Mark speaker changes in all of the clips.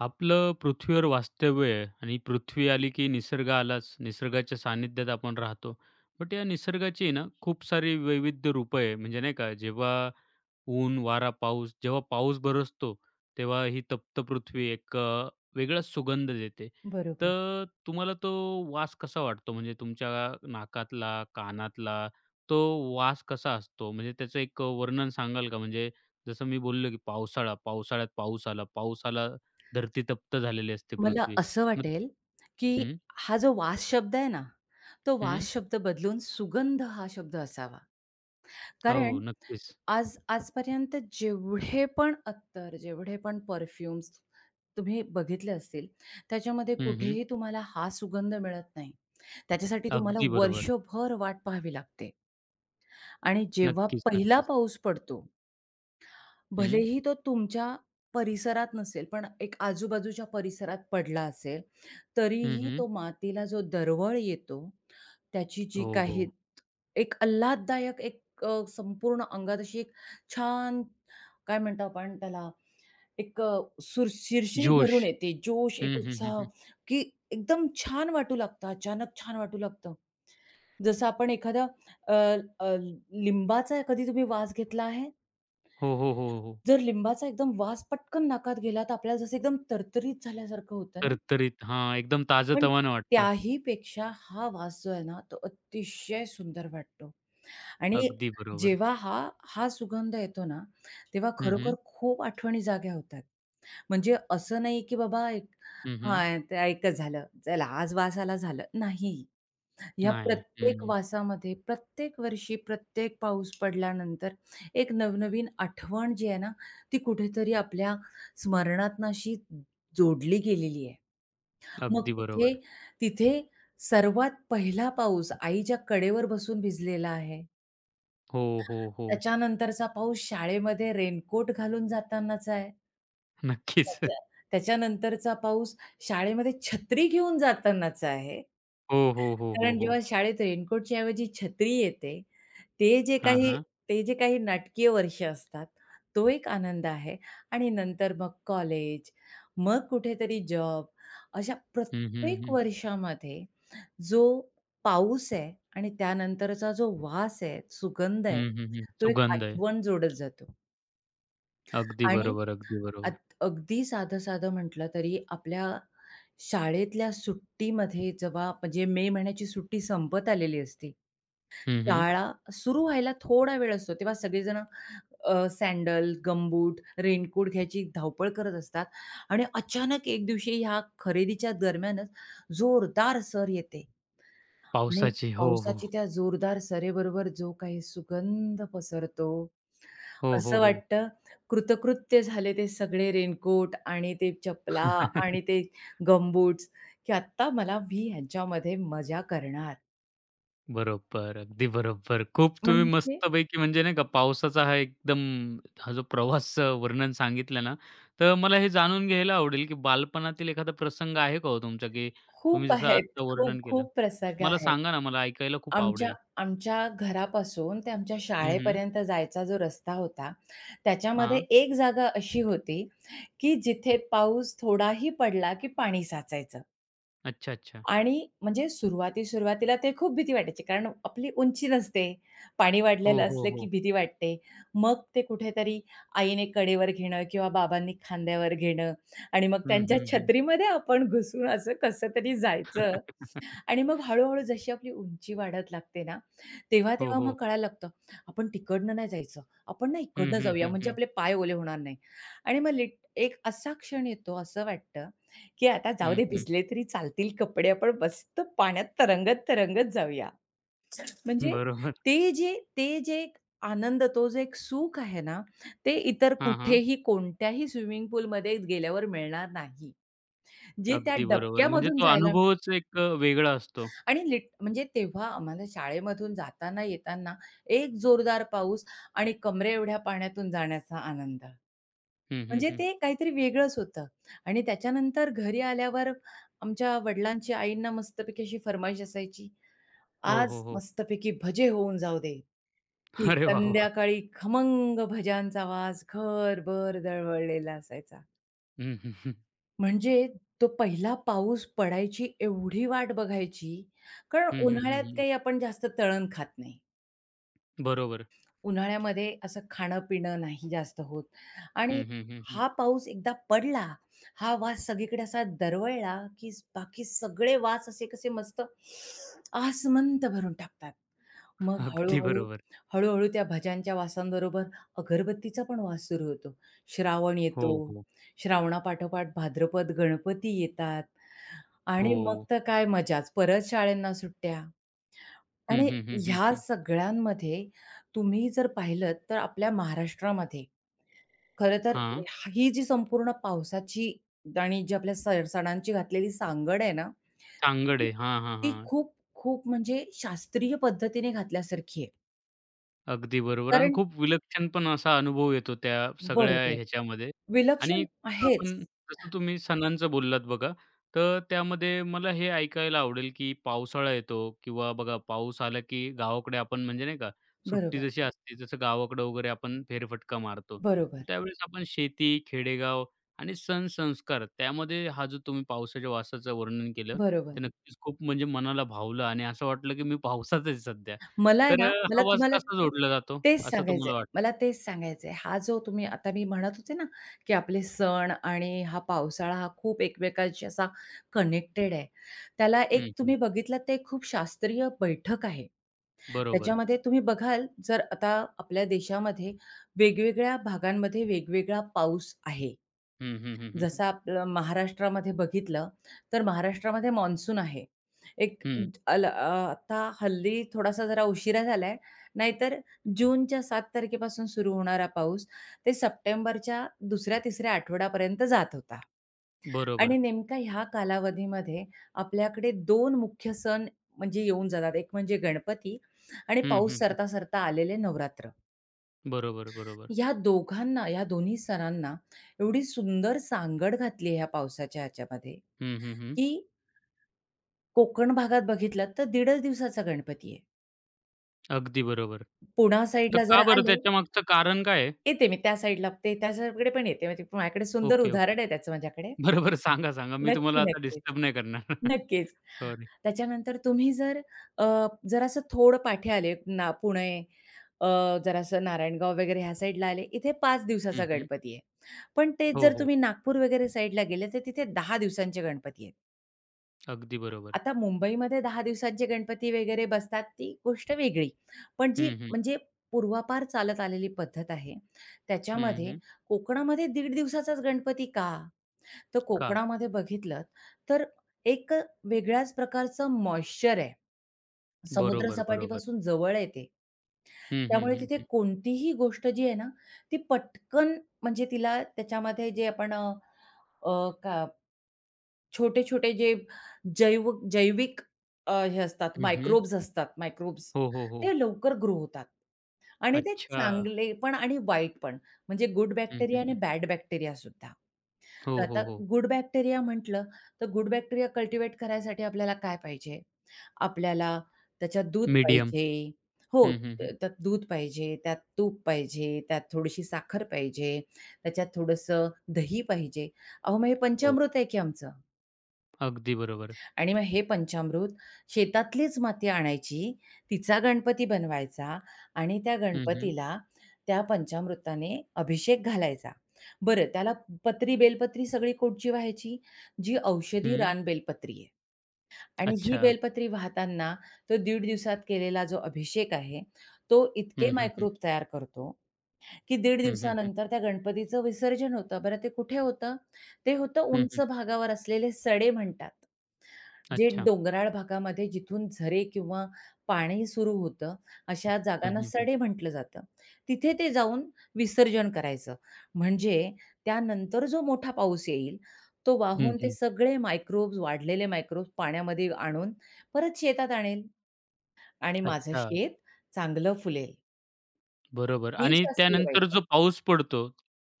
Speaker 1: आपलं पृथ्वीवर वास्तव्य आहे आणि पृथ्वी आली की निसर्ग आलाच. निसर्गाच्या सानिध्यात आपण राहतो. बट या निसर्गाची ना खूप सारी वैविध्य रूपं आहे. म्हणजे नाही का जेव्हा ऊन, वारा, पाऊस जेव्हा पाऊस बरसतो, तेव्हा ही तप्त पृथ्वी एक वेगळाच सुगंध देते.
Speaker 2: बरोबर.
Speaker 1: तर तुम्हाला तो वास कसा वाटतो? म्हणजे तुमच्या नाकातला, कानातला तो वास कसा असतो? म्हणजे त्याचं एक वर्णन सांगाल का? म्हणजे जसं मी बोललो की पावसाळा, पावसाळ्यात पाऊस आला, पाऊस आला धरती तप्त झालेली असते
Speaker 2: मला
Speaker 1: पृथ्वी.
Speaker 2: असं
Speaker 1: मग
Speaker 2: वाटेल, की
Speaker 1: हं,
Speaker 2: हा जो वास शब्द आहे ना, तो
Speaker 1: हं.
Speaker 2: वास शब्द बदलून सुगंध हा शब्द असावा.
Speaker 1: हो,
Speaker 2: कारण
Speaker 1: नक्कीच.
Speaker 2: आज आजपर्यंत जेवढे पण अत्तर, जेवढे पण परफ्यूम्स तुम्ही बघितले असतील, त्याच्यामध्ये
Speaker 1: हं, हं.
Speaker 2: कुठेही तुम्हाला हा सुगंध मिळत नाही. त्याच्यासाठी तुम्हाला
Speaker 1: अगदी बरोबर.
Speaker 2: वर्षभर वाट पाहावी लागते आणि जेव्हा
Speaker 1: नक्कीच,
Speaker 2: पहिला
Speaker 1: नक्कीच.
Speaker 2: पाऊस पडतो
Speaker 1: हं,
Speaker 2: भलेही तो तुमच्या परिसरात नसेल, पण एक आजूबाजूच्या परिसरात पडला असेल,
Speaker 1: हं,
Speaker 2: तरीही
Speaker 1: हं.
Speaker 2: तो मातीला जो दरवळ येतो, त्याची जी
Speaker 1: हो, हो.
Speaker 2: काही एक आल्हाददायक संपूर्ण अंगात अशी एक छान काय म्हणतो आपण त्याला एक अ, सुर शिरशिरी
Speaker 1: जोश.
Speaker 2: भरून येते, जोश, एक
Speaker 1: हं, हं, हं,
Speaker 2: उत्साह,
Speaker 1: हं.
Speaker 2: की एकदम छान वाटू लागतं, अचानक छान वाटू लागतं. जसं आपण एखादा अ, अ, लिंबाचा कधी तुम्ही वास घेतला आहे?
Speaker 1: हो, हो, हो, हो.
Speaker 2: जर लिंबाचा एकदम वास पटकन नाकात गेला, तर आपल्याला जसं एकदम तरतरीत झाल्यासारखं होतं ना,
Speaker 1: तरतरीत हां, एकदम
Speaker 2: पण
Speaker 1: ताजंतवानं वाटतं.
Speaker 2: त्याही पेक्षा हा वास जो आहे ना, तो अतिशय सुंदर वाटतो आणि
Speaker 1: अगदी बरोबर.
Speaker 2: जेव्हा हा हा सुगंध येतो ना, तेव्हा
Speaker 1: हं, हं.
Speaker 2: खरोखर खूप आठवणी जाग्या होतात. म्हणजे असं नाही, की बाबा एक
Speaker 1: हं, हं.
Speaker 2: हां, ते एकच झालं. चला आज वास आला, झालं. नाही. ह्या
Speaker 1: नाही. हं,
Speaker 2: प्रत्येक
Speaker 1: हं.
Speaker 2: वासामध्ये, प्रत्येक वर्षी, प्रत्येक पाऊस पडल्यानंतर एक नवनवीन आठवण जी आहे ना, ती कुठेतरी आपल्या स्मरणातनं अशी जोडली गेलेली आहे. मग
Speaker 1: अगदी
Speaker 2: तिथे
Speaker 1: बरोबर.
Speaker 2: तिथे सर्वात पहिला पाऊस आईच्या कडेवर बसून भिजलेला आहे.
Speaker 1: हो, हो, हो.
Speaker 2: त्याच्यानंतरचा पाऊस शाळेमध्ये रेनकोट घालून जातानाचा आहे.
Speaker 1: नक्कीच.
Speaker 2: त्याच्या त्याच्यानंतरचा पाऊस शाळेमध्ये छत्री घेऊन जातानाचा आहे.
Speaker 1: हो, हो, हो, हो,
Speaker 2: कारण
Speaker 1: हो.
Speaker 2: जेव्हा शाळेत रेनकोटच्या ऐवजी छत्री येते, ते जे
Speaker 1: हां,
Speaker 2: काही
Speaker 1: हां.
Speaker 2: ते जे काही नाटकीय वर्ष असतात, तो एक आनंद आहे आणि नंतर मग कॉलेज, मग कुठेतरी जॉब अशा
Speaker 1: हं, हं,
Speaker 2: प्रत्येक
Speaker 1: हं.
Speaker 2: वर्षामध्ये जो पाऊस आहे आणि त्यानंतरचा जो वास आहे, सुगंध आहे,
Speaker 1: हं, हं, हं.
Speaker 2: तो एक
Speaker 1: सुगंध आहे.
Speaker 2: आठवण जोडत जातो
Speaker 1: अगदी
Speaker 2: आणि
Speaker 1: बरोबर, अगदी
Speaker 2: आत
Speaker 1: बरोबर.
Speaker 2: अगदी साधं-साधं म्हटलं तरी आपल्या शाळेतल्या सुट्टीमध्ये जेव्हा म्हणजे मे महिन्याची सुट्टी संपत आलेली असते,
Speaker 1: हं, हं.
Speaker 2: शाळा सुरू व्हायला थोडा वेळ असतो, तेव्हा सगळेजणं सँडल, गमबूट, रेनकोट घ्यायची धावपळ करत असतात आणि अचानक एक दिवशी ह्या खरेदीच्या दरम्यानच जोरदार सर येते आणि
Speaker 1: पावसाची. हो, हो.
Speaker 2: पावसाची त्या जोरदार सरीबरोबर जो काही सुगंध पसरतो,
Speaker 1: हो, हो,
Speaker 2: असं
Speaker 1: हो.
Speaker 2: वाटतं कृतकृत्य झाले ते सगळे रेनकोट आणि ते चपला आणि ते गमबूट्स, की आत्ता मला मी ह्यांच्यामध्ये मजा करणार.
Speaker 1: बरोबर, अगदी बरोबर. खूप तुम्ही
Speaker 2: म्हणजे
Speaker 1: मस्तपैकी म्हणजे नाही का पावसाचा हा एकदम हा जो प्रवासचं वर्णन सांगितलं ना, तर मला हे जाणून घ्यायला आवडेल, की बालपणातील एखादा प्रसंग आहे का हो तुमचा, की तुम्ही
Speaker 2: खूप
Speaker 1: जसं
Speaker 2: आहेत.
Speaker 1: आत्ता वर्णन केलं?
Speaker 2: खूप प्रसंग
Speaker 1: मला
Speaker 2: आहेत.
Speaker 1: सांगा ना, मला ऐकायला खूप
Speaker 2: आमच्या
Speaker 1: आवडेल.
Speaker 2: आमच्या घरापासून ते आमच्या
Speaker 1: हं, हं.
Speaker 2: शाळेपर्यंत जायचा जो रस्ता होता, त्याच्यामध्ये
Speaker 1: हां.
Speaker 2: एक जागा अशी होती, की जिथे पाऊस थोडाही पडला, की पाणी साचायचं.
Speaker 1: अच्छा, अच्छा.
Speaker 2: आणि म्हणजे सुरुवाती-सुरुवातीला ते खूप भीती वाटायची, कारण आपली उंची नसते. पाणी वाढलेलं
Speaker 1: हो, हो,
Speaker 2: असलं, की
Speaker 1: हो.
Speaker 2: भीती वाटते. मग ते कुठेतरी आईने कडेवर घेणं किंवा बाबांनी खांद्यावर घेणं आणि मग
Speaker 1: हं,
Speaker 2: त्यांच्या
Speaker 1: हं, हं.
Speaker 2: छत्रीमध्ये आपण घुसून असं कसं तरी जायचं. आणि मग हळू-हळू जशी आपली उंची वाढत लागते ना,
Speaker 1: हो,
Speaker 2: तेव्हा-तेव्हा मग
Speaker 1: हो.
Speaker 2: कळायला लागतं, आपण तिकडनं नाही जायचं, आपण ना
Speaker 1: हं,
Speaker 2: इकडनं
Speaker 1: हं,
Speaker 2: जाऊया
Speaker 1: हं,
Speaker 2: म्हणजे
Speaker 1: हं.
Speaker 2: आपले पाय ओले होणार नाही. आणि मग लिट एक असा क्षण येतो असं वाटतं, की आता जाऊ
Speaker 1: हं,
Speaker 2: दे
Speaker 1: हं.
Speaker 2: भिजले तरी चालतील कपडे आपण मस्त पाण्यात तरंगत-तरंगत जाऊया. म्हणजे
Speaker 1: बरोबर.
Speaker 2: ते जे एक आनंद तो जो एक सुख आहे ना, ते इतर
Speaker 1: हां, हां.
Speaker 2: कुठेही कोणत्याही स्विमिंग पूलमध्ये गेल्यावर मिळणार नाही. जे त्या
Speaker 1: अगदी बरोबर. म्हणजे
Speaker 2: डबक्यामधून
Speaker 1: तो
Speaker 2: जायला
Speaker 1: अनुभवच एक वेगळा असतो.
Speaker 2: आणि लिट म्हणजे तेव्हा आम्हाला शाळेमधून जाताना येताना एक जोरदार पाऊस आणि कमरेएवढ्या पाण्यातून जाण्याचा आनंद.
Speaker 1: हं, हं,
Speaker 2: म्हणजे
Speaker 1: हं.
Speaker 2: ते काहीतरी वेगळंच होतं आणि त्याच्यानंतर घरी आल्यावर आमच्या वडिलांची आईंना मस्तपैकी अशी फर्माईश असायची,
Speaker 1: हो,
Speaker 2: "आज
Speaker 1: हो, हो.
Speaker 2: मस्तपैकी भजे होऊन जाऊ दे." की
Speaker 1: अरे वाह, वाह!
Speaker 2: संध्याकाळी खमंग भज्यांचा वास घरभर दळवळलेला असायचा.
Speaker 1: हं, हं, हं.
Speaker 2: म्हणजे तो पहिला पाऊस पडायची एवढी वाट बघायची, कारण
Speaker 1: हं, हं, हं,
Speaker 2: उन्हाळ्यात
Speaker 1: हं.
Speaker 2: काही आपण जास्त तळण खात नाही.
Speaker 1: बरोबर.
Speaker 2: उन्हाळ्यामध्ये असं खाणं-पिणं नाही जास्त होत आणि
Speaker 1: हं, हं, हं, हं.
Speaker 2: हा पाऊस एकदा पडला, हा वास सगळीकडे असा दरवळला, की बाकी सगळे वास असे कसे मस्त आसमंत भरून टाकतात. मग
Speaker 1: अगदी
Speaker 2: हळू-हळू,
Speaker 1: बरोबर.
Speaker 2: हळूहळू त्या भज्यांच्या वासांबरोबर अगरबत्तीचा पण वास सुरू होतो. श्रावण
Speaker 1: हो,
Speaker 2: येतो,
Speaker 1: हो.
Speaker 2: श्रावणापाठोपाठ भाद्रपद, गणपती येतात. आणि
Speaker 1: हो.
Speaker 2: मग तर काय मजाच. परत शाळांना सुट्ट्या
Speaker 1: हं,
Speaker 2: आणि
Speaker 1: हं, हं, हं,
Speaker 2: ह्या
Speaker 1: हं.
Speaker 2: सगळ्यांमध्ये तुम्ही जर पाहिलत तर आपल्या महाराष्ट्रामध्ये खरं तर
Speaker 1: हां.
Speaker 2: ही जी संपूर्ण पावसाची आणि जी आपल्या सण सणांची घातलेली सांगड आहे ना,
Speaker 1: सांगड
Speaker 2: ती
Speaker 1: आहे. हां, हां,
Speaker 2: ती
Speaker 1: हां.
Speaker 2: खूप खूप म्हणजे शास्त्रीय पद्धतीने घातल्यासारखी आहे.
Speaker 1: अगदी बरोबर आणि
Speaker 2: कारण
Speaker 1: खूप विलक्षण पण असा अनुभव येतो त्या सगळ्या
Speaker 2: बरोबर.
Speaker 1: ह्याच्यामध्ये. आणि
Speaker 2: विलक्षण आहेच.
Speaker 1: आपण जसं तुम्ही सणांचं बोललात बघा, तर त्यामध्ये मला हे ऐकायला आवडेल, की पावसाळा येतो किंवा बघा पाऊस आला, की गावाकडे आपण म्हणजे नाही का, सुट्टी
Speaker 2: बरोबर,
Speaker 1: जशी असते जसं गावाकडं वगैरे आपण फेरफटका मारतो.
Speaker 2: बरोबर,
Speaker 1: तर त्यावेळेस आपण शेती, खेडेगाव आणि सण-संस्कार त्यामध्ये हा जो तुम्ही पावसाच्या वासाचं वर्णन केलं,
Speaker 2: बरोबर.
Speaker 1: ते नक्कीच खूप म्हणजे मनाला भावलं आणि असं वाटलं, की मी पावसात आहे सध्या.
Speaker 2: मला आहे
Speaker 1: तर
Speaker 2: ना, मला
Speaker 1: हा वाज
Speaker 2: तुम्हाला
Speaker 1: कसा जोडला जातो,
Speaker 2: तेच
Speaker 1: असं
Speaker 2: सांगायचंय.
Speaker 1: तुम्हाला वाटतं?
Speaker 2: मला तेच सांगायचंय. हा जो तुम्ही आता मी म्हणत होते ना, की आपले सण आणि हा पावसाळा हा खूप एकमेकांशी असा कनेक्टेड आहे. त्याला
Speaker 1: हं,
Speaker 2: एक
Speaker 1: हं.
Speaker 2: तुम्ही बघितलात ते खूप शास्त्रीय बैठक आहे.
Speaker 1: बरोबर.
Speaker 2: त्याच्यामध्ये तुम्ही बघाल जर आता आपल्या देशामध्ये वेगवेगळ्या भागांमध्ये वेगवेगळा पाऊस आहे.
Speaker 1: हं, हं, हं, हं, हं.
Speaker 2: जसं आपलं महाराष्ट्रामध्ये बघितलं, तर महाराष्ट्रामध्ये मान्सून आहे. एक
Speaker 1: हं.
Speaker 2: अल अ, आता हल्ली थोडासा जरा उशिरा झालाय. नाहीतर जूनच्या 7 तारखेपासून सुरू होणारा पाऊस ते सप्टेंबरच्या 2ऱ्या-तिसऱ्या आठवड्यापर्यंत जात होता. आणि
Speaker 1: बरोबर.
Speaker 2: नेमका ह्या कालावधीमध्ये आपल्याकडे 2 मुख्य सण म्हणजे येऊन जातात. एक म्हणजे गणपती आणि
Speaker 1: हं,
Speaker 2: पाऊस
Speaker 1: हं, हं.
Speaker 2: सरता-सरता आलेले नवरात्र.
Speaker 1: बरोबर, बरोबर.
Speaker 2: ह्या दोन्ही सणांना एवढी सुंदर सांगड घातली आहे ह्या पावसाच्या ह्याच्यामध्ये,
Speaker 1: हं, हं, हं.
Speaker 2: की कोकण भागात बघितलात तर दीडच दिवसाचा गणपती आहे.
Speaker 1: अगदी बरोबर.
Speaker 2: पुणा
Speaker 1: तर
Speaker 2: साईडला
Speaker 1: का
Speaker 2: जरा
Speaker 1: बरं
Speaker 2: आले
Speaker 1: त्याच्यामागचं कारण काय आहे?
Speaker 2: येते मी त्या साईडला ते त्या साईडकडे पण येते. म्हणजे माझ्याकडे सुंदर
Speaker 1: ओके, ओके.
Speaker 2: उदाहरण आहे त्याचं माझ्याकडे.
Speaker 1: बरोबर. सांगा, सांगा. मी
Speaker 2: नक्की,
Speaker 1: तुम्हाला आता
Speaker 2: नक्कीच.
Speaker 1: डिस्टर्ब नाही करणार.
Speaker 2: नक्कीच.
Speaker 1: सॉरी.
Speaker 2: त्याच्यानंतर तुम्ही जर अ, जरासं थोडं पाठी आले ना पुणे अ, जरासं नारायणगाव वगैरे ह्या साईडला आले, इथे 5
Speaker 1: हं,
Speaker 2: दिवसाचा
Speaker 1: हं.
Speaker 2: गणपती आहे. पण तेच
Speaker 1: हो,
Speaker 2: जर
Speaker 1: हो.
Speaker 2: तुम्ही नागपूर वगैरे साईडला गेले तर तिथे 10 दिवसांचे गणपती आहेत.
Speaker 1: अगदी बरोबर.
Speaker 2: आता मुंबईमध्ये दहा दिवसात जे गणपती वगैरे बसतात ती गोष्ट वेगळी. पण जी
Speaker 1: हं, हं.
Speaker 2: म्हणजे पूर्वापार चालत आलेली पद्धत आहे,
Speaker 1: हं,
Speaker 2: त्याच्यामध्ये
Speaker 1: हं.
Speaker 2: कोकणामध्ये दीड दिवसाचाच गणपती का? तर
Speaker 1: का?
Speaker 2: कोकणामध्ये बघितलं तर एक अ, वेगळ्याच प्रकारचं मॉइश्चर आहे.
Speaker 1: बरोबर, बरोबर.
Speaker 2: समुद्रसपाटीपासून जवळ आहे
Speaker 1: हं, हं,
Speaker 2: त्यामुळे
Speaker 1: हं,
Speaker 2: तिथे
Speaker 1: हं.
Speaker 2: कोणतीही गोष्ट जी आहे ना, ती पटकन म्हणजे तिला त्याच्यामध्ये जे आपण छोटे-छोटे जे जैविक हे असतात,
Speaker 1: हं, हं.
Speaker 2: मायक्रोब्स
Speaker 1: हो, हो,
Speaker 2: ते
Speaker 1: हो.
Speaker 2: लवकर ग्रो होतात. आणि ते
Speaker 1: अच्छा.
Speaker 2: चांगले पण आणि वाईट पण. म्हणजे गुड
Speaker 1: हं,
Speaker 2: बॅक्टेरिया
Speaker 1: हं,
Speaker 2: आणि
Speaker 1: हं.
Speaker 2: बॅड बॅक्टेरिया सुद्धा. तर
Speaker 1: हो,
Speaker 2: आता
Speaker 1: हो, हो.
Speaker 2: गुड बॅक्टेरिया म्हटलं, तर गुड बॅक्टेरिया कल्टिव्हेट करायसाठी आपल्याला काय पाहिजे? आपल्याला त्याच्यात दूध
Speaker 1: मीडियम.
Speaker 2: पाहिजे हो,
Speaker 1: हं, हं, हं.
Speaker 2: त्यात दूध पाहिजे, त्यात तूप पाहिजे, त्यात थोडीशी साखर पाहिजे, त्याच्यात थोडंसं दही पाहिजे. अहो, मग हे
Speaker 1: हो.
Speaker 2: पंचामृत आहे की आमचं.
Speaker 1: अगदी बरोबर.
Speaker 2: आणि मग हे पंचामृत शेतातलीच माती आणायची, तिचा गणपती बनवायचा आणि त्या
Speaker 1: हं, हं.
Speaker 2: गणपतीला त्या पंचामृताने अभिषेक घालायचा. बरं त्याला पत्री, बेलपत्री सगळी कुठची वाहायची? जी औषधी
Speaker 1: हं.
Speaker 2: रान बेलपत्री आहे आणि ही
Speaker 1: अच्छा.
Speaker 2: बेलपत्री वाहताना तो दीड दिवसात केलेला जो अभिषेक आहे, तो इतके
Speaker 1: हं, हं, हं.
Speaker 2: मायक्रोब तयार करतो, की दीड
Speaker 1: हं, हं, हं.
Speaker 2: दिवसानंतर त्या गणपतीचं विसर्जन होतं. बरं ते कुठे होतं? ते होतं
Speaker 1: हं,
Speaker 2: उंच
Speaker 1: हं.
Speaker 2: भागावर असलेले सडे म्हणतात. जे
Speaker 1: अच्छा.
Speaker 2: डोंगराळ भागामध्ये जिथून झरे किंवा पाणी सुरू होतं, अशा
Speaker 1: हं,
Speaker 2: जागांना
Speaker 1: हं, हं.
Speaker 2: सडे म्हटलं जातं. तिथे ते जाऊन विसर्जन करायचं. म्हणजे त्यानंतर जो मोठा पाऊस येईल, तो
Speaker 1: हं,
Speaker 2: वाहून ते
Speaker 1: हं.
Speaker 2: सगळे मायक्रोब्स, वाढलेले मायक्रोब्स पाण्यामध्ये आणून परत शेतात आणेल आणि माझं
Speaker 1: अच्छा.
Speaker 2: शेत चांगलं फुलेल.
Speaker 1: बरोबर
Speaker 2: ही
Speaker 1: आणि
Speaker 2: शास्त्रीय
Speaker 1: त्यानंतर
Speaker 2: पद्धत.
Speaker 1: जो पाऊस पडतो,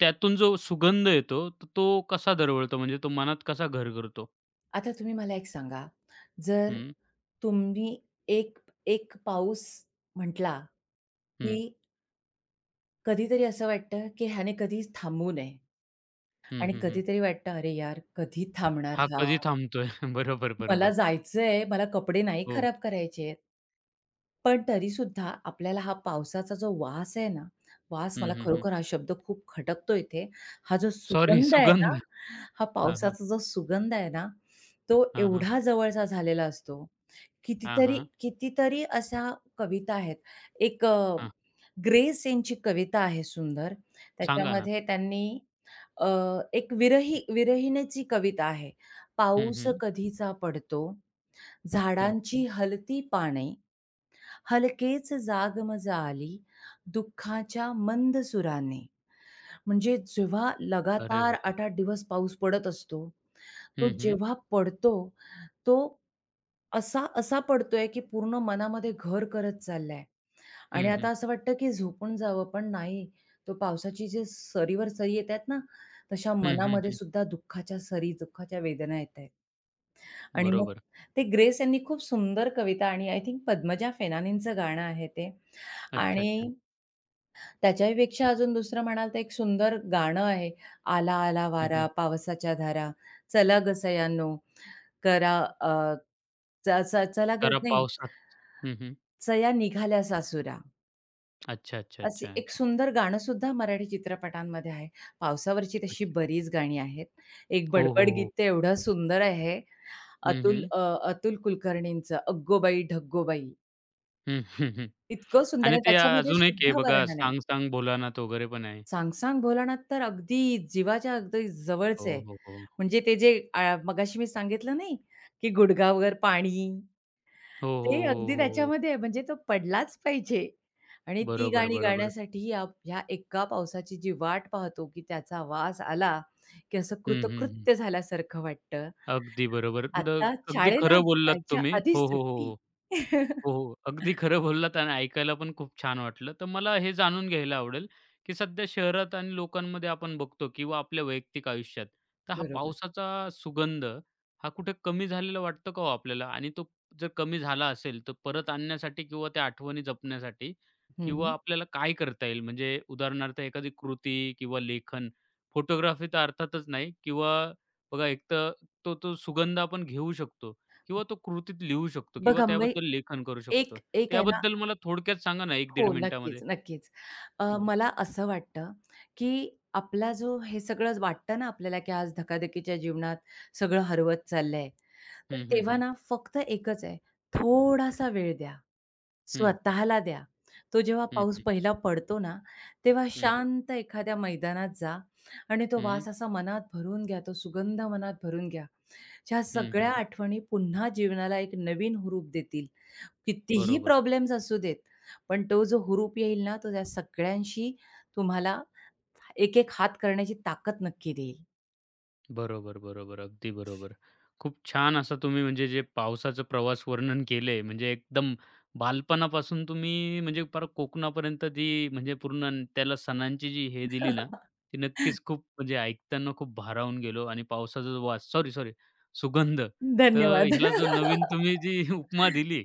Speaker 1: त्यातून जो सुगंध येतो, तर तो कसा दरवळतो म्हणजे तो मनात कसा घर करतो?
Speaker 2: आता तुम्ही मला एक सांगा, जर
Speaker 1: हं,
Speaker 2: तुम्ही एक एक पाऊस म्हटला,
Speaker 1: हं.
Speaker 2: की कधीतरी असं वाटतं, की ह्याने कधीच थांबू नये
Speaker 1: हं,
Speaker 2: आणि
Speaker 1: हं, हं.
Speaker 2: कधीतरी वाटतं, "अरे यार, कधी थांबणार
Speaker 1: हा
Speaker 2: हा?"
Speaker 1: कधी थांबतोय? बरोबर,
Speaker 2: मला
Speaker 1: बरोबर.
Speaker 2: जायचंय, मला कपडे नाही
Speaker 1: हो.
Speaker 2: खराब करायचे आहेत. पण तरीसुद्धा आपल्याला हा पावसाचा जो वास आहे ना, वास
Speaker 1: हं,
Speaker 2: मला
Speaker 1: हं, हं.
Speaker 2: खरोखर हा शब्द खूप खटकतो इथे. हा जो
Speaker 1: सॉरी
Speaker 2: सुगंध आहे ना,
Speaker 1: सुगंध.
Speaker 2: हा
Speaker 1: हां, हां.
Speaker 2: पावसाचा जो सुगंध आहे ना, तो
Speaker 1: हां, हां.
Speaker 2: एवढा जवळचा झालेला असतो.
Speaker 1: हां,
Speaker 2: कितीतरी
Speaker 1: हां.
Speaker 2: कितीतरी अशा कविता आहेत. एक अ,
Speaker 1: हां.
Speaker 2: ग्रेस यांची कविता आहे सुंदर.
Speaker 1: सांगा ना?
Speaker 2: त्याच्यामध्ये त्यांनी अ, एक विरही विरहिणीची कविता आहे.
Speaker 1: हं,
Speaker 2: पाऊस
Speaker 1: हं.
Speaker 2: कधीचा पडतो,
Speaker 1: हं, हं.
Speaker 2: झाडांची हलती पाने, हलकेच जागमजा आली, दुःखाच्या मंद सुराने. म्हणजे जेव्हा
Speaker 1: अरे
Speaker 2: लगातार
Speaker 1: वाह! वाह!
Speaker 2: 8-8 दिवस पाऊस पडत असतो, तो
Speaker 1: हं, हं.
Speaker 2: जेव्हा पडतो, तो असा पडतोय, की पूर्ण मनामध्ये घर करत चाललाय आणि
Speaker 1: हं,
Speaker 2: आता
Speaker 1: हं.
Speaker 2: असं वाटतं, की झोपून जावं, पण नाही. तो पावसाची जे सरीवर सरी येतायत ना, तशा
Speaker 1: हं, हं,
Speaker 2: मनामध्ये
Speaker 1: हं.
Speaker 2: सुद्धा दुःखाच्या सरी, दुःखाच्या वेदना येतायत. आणि मग
Speaker 1: बरोबर.
Speaker 2: ते ग्रेस यांनी खूप सुंदर कविता आणि आय थिंक पद्मजा फेनानींचं गाणं आहे ते
Speaker 1: अच्छा,
Speaker 2: आणि
Speaker 1: अच्छा.
Speaker 2: त्याच्याहीपेक्षा अजून दुसरं म्हणाल तर एक सुंदर गाणं आहे, "आला आला
Speaker 1: हं,
Speaker 2: वारा
Speaker 1: हं.
Speaker 2: पावसाच्या धारा, चला गं सयानो करा अ, च च चला गं
Speaker 1: तर
Speaker 2: नाही,
Speaker 1: पावसात हं, हं.
Speaker 2: चया निघाल्या सासुरा."
Speaker 1: अच्छा, अच्छा,
Speaker 2: असे
Speaker 1: अच्छा,
Speaker 2: एक
Speaker 1: अच्छा,
Speaker 2: सुंदर गाणंसुद्धा मराठी चित्रपटांमध्ये आहे. पावसावरची तशी
Speaker 1: अच्छा.
Speaker 2: बरीच गाणी आहेत. एक
Speaker 1: हो,
Speaker 2: बडबड
Speaker 1: हो, हो.
Speaker 2: गीत तर एवढं सुंदर आहे.
Speaker 1: हं,
Speaker 2: अतुल
Speaker 1: हं.
Speaker 2: अ, अतुल कुलकर्णींचं "अग्गोबाई ढग्गोबाई"
Speaker 1: हं, हं, हं.
Speaker 2: इतकं सुंदर
Speaker 1: आणि
Speaker 2: आहे.
Speaker 1: ते
Speaker 2: त्याच्यामध्ये
Speaker 1: अजून एक आहे
Speaker 2: सुद्धा
Speaker 1: बघा,
Speaker 2: वर्णन आहे.
Speaker 1: "सांग सांग भोलानाथ" वगैरे पण आहे.
Speaker 2: "सांग सांग भोलानाथ" तर अगदी जीवाच्या अगदी जवळचं
Speaker 1: हो,
Speaker 2: आहे.
Speaker 1: हो, हो.
Speaker 2: म्हणजे मगाशी मी सांगितलं नाही, की गुडघावर पाणी
Speaker 1: हो, हो,
Speaker 2: ते अगदी
Speaker 1: हो, हो, हो.
Speaker 2: त्याच्यामध्ये आहे, म्हणजे तो पडलाच पाहिजे आणि ती
Speaker 1: बरोबर,
Speaker 2: गाणी
Speaker 1: बरोबर.
Speaker 2: गाण्यासाठी या ह्या एका पावसाची जी वाट पाहतो, की त्याचा वास आला, की असं
Speaker 1: हं, हं, हं.
Speaker 2: कृतकृत्य झाल्यासारखं वाटतं.
Speaker 1: अगदी बरोबर. द
Speaker 2: आता
Speaker 1: अगदी
Speaker 2: शाळेला
Speaker 1: खरं बोललात
Speaker 2: जायच्या
Speaker 1: तुम्ही.
Speaker 2: आधीच
Speaker 1: हो, हो, हो,
Speaker 2: सुट्टी.
Speaker 1: हो. हो, हो. अगदी खरं बोललात आणि ऐकायला पण खूप छान वाटलं. तर मला हे जाणून घ्यायला आवडेल, की सध्या शहरात आणि लोकांमध्ये आपण बघतो किंवा आपल्या वैयक्तिक आयुष्यात, तर हा
Speaker 2: बरोबर.
Speaker 1: पावसाचा सुगंध हा कुठे कमी झालेला वाटतो का हो आपल्याला? आणि तो जर कमी झाला असेल, तर परत आणण्यासाठी किंवा त्या आठवणी जपण्यासाठी
Speaker 2: हं,
Speaker 1: किंवा
Speaker 2: हं.
Speaker 1: आपल्याला काय करता येईल? म्हणजे उदाहरणार्थ एखादी कृती किंवा लेखन, फोटोग्राफी तर अर्थातच नाही किंवा बघा एक तर तो सुगंध आपण घेऊ शकतो. किंवा तो कृतीत लिहू शकतो
Speaker 2: बघ,
Speaker 1: किंवा
Speaker 2: अंबाई
Speaker 1: त्याबद्दल लेखन करू शकतो.
Speaker 2: एक एक आहे ना
Speaker 1: त्याबद्दल मला थोडक्यात सांगा ना एक 15 मिनिटामध्ये?
Speaker 2: नक्कीच.
Speaker 1: हं.
Speaker 2: मला असं वाटतं, की आपला जो हे सगळं वाटतं ना आपल्याला, की आज धकाधकीच्या जीवनात सगळं हरवत चाललंय. तर
Speaker 1: हं, हं,
Speaker 2: तेव्हा
Speaker 1: हं.
Speaker 2: ना फक्त एकच आहे, थोडासा वेळ द्या.
Speaker 1: हं,
Speaker 2: स्वतःला द्या. तो जेव्हा
Speaker 1: हं,
Speaker 2: पाऊस
Speaker 1: हं,
Speaker 2: पहिला पडतो ना, तेव्हा
Speaker 1: हं, हं,
Speaker 2: शांत एखाद्या मैदानात जा आणि तो
Speaker 1: हं,
Speaker 2: वास असा मनात भरून घ्या, तो सुगंध मनात भरून घ्या. ह्या
Speaker 1: हं,
Speaker 2: सगळ्या
Speaker 1: हं, हं.
Speaker 2: आठवणी पुन्हा जीवनाला एक नवीन हुरूप देतील. कितीही
Speaker 1: बरोबर.
Speaker 2: प्रॉब्लेम्स असू देत, पण तो जो हुरूप येईल ना, तो त्या सगळ्यांशी तुम्हाला एक-एक हात करण्याची ताकद नक्की देईल.
Speaker 1: बरोबर, बरोबर. अगदी बरोबर. खूप छान असं तुम्ही म्हणजे जे पावसाचं प्रवास वर्णन केलंय म्हणजे एकदम बालपणापासून तुम्ही म्हणजे पार कोकणापर्यंत जी म्हणजे पूर्ण अन- त्याला सणांची जी हे दिली ना, ती नक्कीच खूप म्हणजे ऐकताना खूप भारावून गेलो आणि पावसाचा जो वास सॉरी, सॉरी सुगंध. तर
Speaker 2: धन्यवाद.
Speaker 1: ह्याला जो नवीन तुम्ही जी उपमा दिली,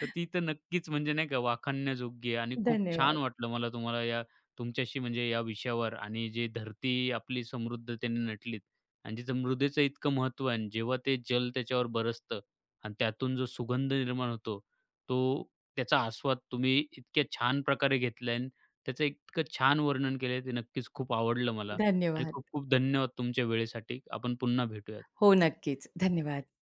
Speaker 1: तर ती तर नक्कीच म्हणजे नाही का वाखाणण्याजोग्य आहे आणि खूप छान
Speaker 2: धन्यवाद,
Speaker 1: वाटलं मला तुम्हाला या तुमच्याशी म्हणजे या विषयावर आणि जी धरती आपली समृद्धतेने नटली आणि तिथं मृदेचं इतकं महत्त्व आहे आणि जेव्हा ते जल त्याच्यावर बरसतं आणि त्यातून जो सुगंध निर्माण होतो, तो त्याचा आस्वाद तुम्ही इतक्या छान प्रकारे घेतलाय आणि त्याचं इतकं छान वर्णन केलंय, ते नक्कीच खूप आवडलं मला आणि
Speaker 2: धन्यवाद.
Speaker 1: खूप खूप धन्यवाद तुमच्या वेळेसाठी. आपण पुन्हा भेटूयात.
Speaker 2: हो, नक्कीच. धन्यवाद.